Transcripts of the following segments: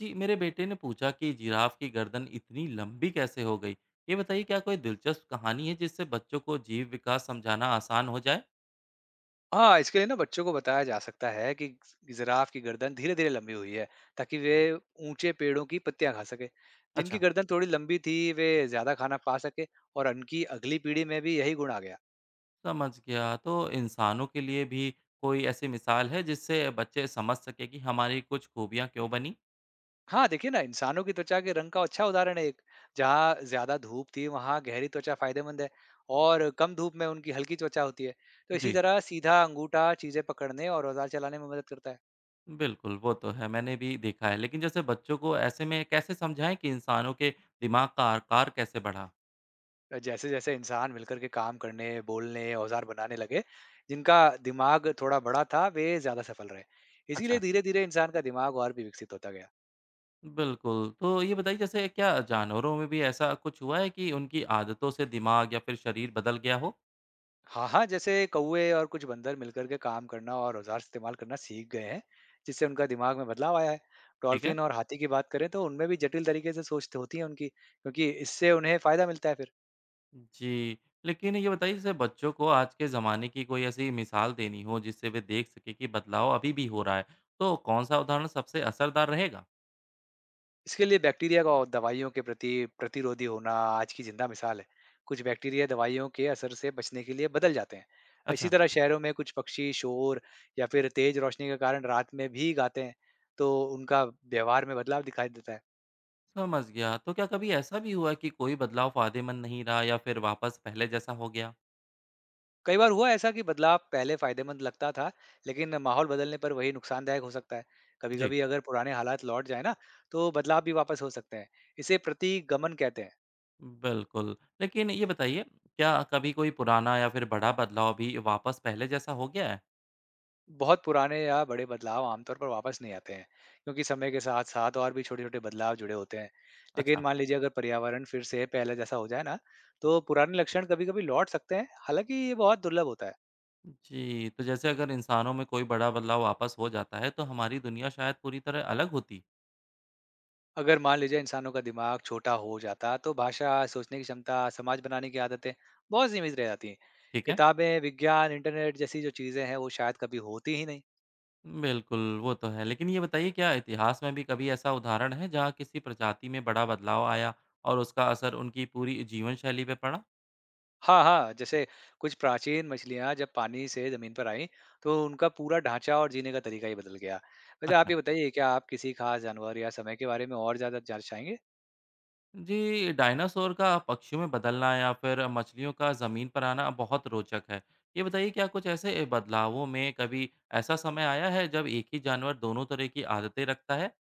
जी, मेरे बेटे ने पूछा कि जिराफ की गर्दन इतनी लंबी कैसे हो गई। ये बताइए, क्या कोई दिलचस्प कहानी है जिससे बच्चों को जीव विकास समझाना आसान हो जाए। हाँ, इसके लिए ना बच्चों को बताया जा सकता है कि जिराफ की गर्दन धीरे-धीरे लंबी हुई है, ताकि वे ऊँचे पेड़ों की पत्तियाँ खा सकें। जिनकी अच्छा। गर्दन थोड़ी लंबी थी, वे ज़्यादा खाना पा सके और उनकी अगली पीढ़ी में भी यही गुण आ गया। समझ गया। तो इंसानों के लिए भी कोई ऐसी मिसाल है जिससे बच्चे समझ सके कि हमारी कुछ खूबियाँ क्यों बनी। हाँ, देखिए ना, इंसानों की त्वचा के रंग का अच्छा उदाहरण है एक। जहाँ ज़्यादा धूप थी, वहाँ गहरी त्वचा फ़ायदेमंद है और कम धूप में उनकी हल्की त्वचा होती है। तो इसी जी, तरह सीधा अंगूठा चीज़ें पकड़ने और औज़ार चलाने में मदद करता है। बिल्कुल, वो तो है, मैंने भी देखा है। लेकिन जैसे बच्चों को ऐसे में कैसे समझाएं कि इंसानों के दिमाग का आकार कैसे बढ़ा। जैसे जैसे इंसान मिलकर के काम करने, बोलने, औज़ार बनाने लगे, जिनका दिमाग थोड़ा बड़ा था, वे ज़्यादा सफल रहे। इसीलिए अच्छा। धीरे-धीरे इंसान का दिमाग और भी विकसित होता गया। बिल्कुल, तो ये बताइए, जैसे क्या जानवरों में भी ऐसा कुछ हुआ है कि उनकी आदतों से दिमाग या फिर शरीर बदल गया हो? हाँ, हाँ, जैसे कौवे और कुछ बंदर मिलकर के काम करना और औज़ार इस्तेमाल करना सीख गए हैं, जिससे उनका दिमाग में बदलाव आया है। ठीक है? डॉल्फिन और हाथी की बात करें, तो उनमें भी जटिल तरीके से सोच तो होती है उनकी, क्योंकि इससे उन्हें फ़ायदा मिलता है फिर। जी, लेकिन ये बताइए, जैसे बच्चों को आज के ज़माने की कोई ऐसी मिसाल देनी हो जिससे वे देख सकें कि बदलाव अभी भी हो रहा है, तो कौन-सा उदाहरण सबसे असरदार रहेगा? इसके लिए बैक्टीरिया का और दवाइयों के प्रति प्रतिरोधी होना आज की जिंदा मिसाल है। कुछ बैक्टीरिया दवाइयों के असर से बचने के लिए बदल जाते हैं। इसी अच्छा। तरह शहरों में कुछ पक्षी शोर या फिर तेज रोशनी के कारण रात में भी गाते हैं। तो उनका व्यवहार में बदलाव दिखाई देता है। समझ गया, तो क्या कभी ऐसा भी हुआ कि कोई बदलाव फ़ायदेमंद नहीं रहा या फिर वापस पहले जैसा हो गया? कई बार हुआ ऐसा कि बदलाव पहले फायदेमंद लगता था, लेकिन माहौल बदलने पर वही नुकसानदायक हो सकता है। कभी जी। कभी अगर पुराने हालात लौट जाए ना, तो बदलाव भी वापस हो सकते हैं। इसे प्रतिगमन कहते हैं। बिल्कुल, लेकिन ये बताइए, क्या कभी कोई पुराना या फिर बड़ा बदलाव भी वापस पहले जैसा हो गया है? बहुत पुराने या बड़े बदलाव आमतौर पर वापस नहीं आते हैं, क्योंकि समय के साथ साथ और भी छोटे छोटे बदलाव जुड़े होते हैं। लेकिन अच्छा। मान लीजिए अगर पर्यावरण फिर से पहले जैसा हो जाए ना, तो पुराने लक्षण कभी कभी लौट सकते हैं। हालांकि ये बहुत दुर्लभ होता है। जी, तो जैसे अगर इंसानों में कोई बड़ा बदलाव वापस हो जाता है, तो हमारी दुनिया शायद पूरी तरह अलग होती। अगर मान लीजिए इंसानों का दिमाग छोटा हो जाता, तो भाषा सोचने की क्षमता समाज बनाने की आदतें बहुत सीमित रह जाती हैं। ठीक है? किताबें विज्ञान इंटरनेट जैसी जो चीजें हैं वो शायद कभी होती ही नहीं। बिल्कुल, वो तो है। लेकिन ये बताइए, क्या इतिहास में भी कभी ऐसा उदाहरण है जहाँ किसी प्रजाति में बड़ा बदलाव आया और उसका असर उनकी पूरी जीवन शैली पे पड़ा? हाँ, हाँ, जैसे कुछ प्राचीन मछलियाँ जब पानी से ज़मीन पर आईं, तो उनका पूरा ढाँचा और जीने का तरीका ही बदल गया। वैसे आप अच्छा। ये बताइए, क्या आप किसी खास जानवर या समय के बारे में और ज़्यादा जानना चाहेंगे? जी, डायनासोर का पक्षियों में बदलना या फिर मछलियों का ज़मीन पर आना बहुत रोचक है। ये बताइए, क्या कुछ ऐसे बदलावों में कभी ऐसा समय आया है जब एक ही जानवर दोनों तरह की आदतें रखता है?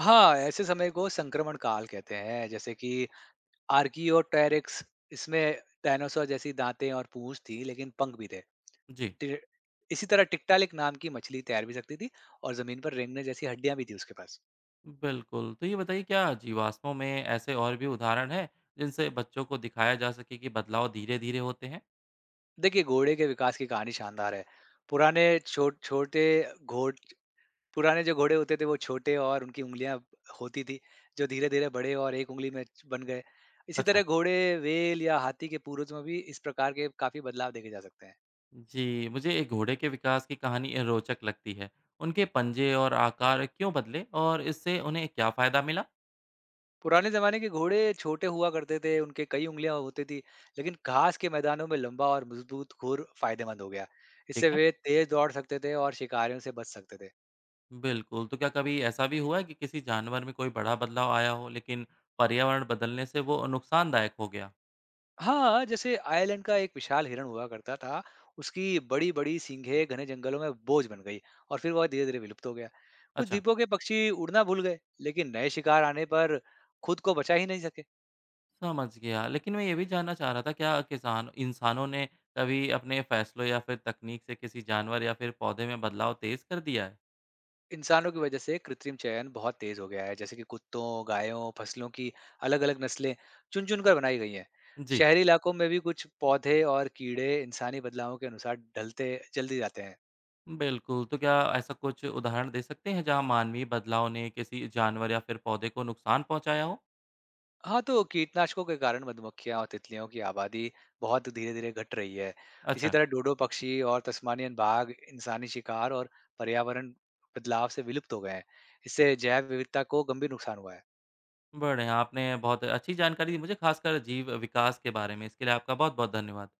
हाँ, ऐसे समय को संक्रमण काल कहते हैं, जैसे कि आर्कियोटेरिक्स, इसमें डायनासोर जैसी दाँतें और पूँछ थी, लेकिन पंख भी थे। जी। टे इसी तरह टिक्टालिक नाम की मछली तैर भी सकती थी और ज़मीन पर रेंगने जैसी हड्डियाँ भी थी उसके पास। बिल्कुल, तो ये बताइए, क्या जीवाश्मों में ऐसे और भी उदाहरण हैं जिनसे बच्चों को दिखाया जा सके कि बदलाव धीरे-धीरे होते हैं? देखिए, घोड़े के विकास की कहानी शानदार है। पुराने छो छोटे घोड़ पुराने जो घोड़े होते थे वो छोटे और उनकी उँगलियाँ होती थी, जो धीरे-धीरे बड़े और एक उँगली में च बन गए। इसी अच्छा। तरह घोड़े, व्हेल या हाथी के पूर्वज में भी इस प्रकार के काफ़ी बदलाव देखे जा सकते हैं। जी, मुझे एक घोड़े के विकास की कहानी रोचक लगती है। उनके पंजे और आकार क्यों बदले और इससे उन्हें क्या फ़ायदा मिला? पुराने ज़माने के घोड़े छोटे हुआ करते थे, उनके कई उँगलियाँ होती थी, लेकिन घास के मैदानों में लंबा और मज़बूत खुर फ़ायदेमंद हो गया। इससे ठीक है। वे तेज़ दौड़ सकते थे और शिकारियों से बच सकते थे। बिल्कुल, तो क्या कभी ऐसा भी हुआ है कि किसी जानवर में कोई बड़ा बदलाव आया हो, लेकिन पर्यावरण बदलने से वो नुकसानदायक हो गया? हाँ, जैसे आयरलैंड का एक विशाल हिरण हुआ करता था। उसकी बड़ी-बड़ी सींगें घने जंगलों में बोझ बन गई और फिर वह धीरे-धीरे विलुप्त हो गया। कुछ अच्छा। द्वीपों के पक्षी उड़ना भूल गए, लेकिन नए शिकार आने पर खुद को बचा ही नहीं सके। समझ गया। लेकिन मैं ये भी जानना चाह रहा था, क्या किसान इंसानों ने कभी अपने फैसलों या फिर तकनीक से किसी जानवर या फिर पौधे में बदलाव तेज़ कर दिया है? इंसानों की वजह से कृत्रिम चयन बहुत तेज हो गया है, जैसे कि कुत्तों, गायों, फसलों की अलग-अलग नस्लें चुन-चुन कर बनाई गई हैं। जी। शहरी इलाकों में भी कुछ पौधे और कीड़े इंसानी बदलावों के अनुसार ढलते जल्दी जाते हैं। बिल्कुल। तो क्या ऐसा कुछ उदाहरण दे सकते हैं जहाँ मानवीय बदलाव ने किसी जानवर या फिर पौधे को नुकसान पहुँचाया हो? हाँ, तो कीटनाशकों के कारण मधुमक्खियाँ और तितलियों की आबादी बहुत धीरे-धीरे घट रही है। इसी अच्छा। तरह डोडो पक्षी और तस्मानियन बाघ इंसानी शिकार और पर्यावरण बदलाव से विलुप्त हो गए हैं। इससे जैव विविधता को गंभीर नुकसान हुआ है। बढ़िया, आपने बहुत अच्छी जानकारी दी मुझे, खासकर जीव विकास के बारे में। इसके लिए आपका बहुत-बहुत धन्यवाद।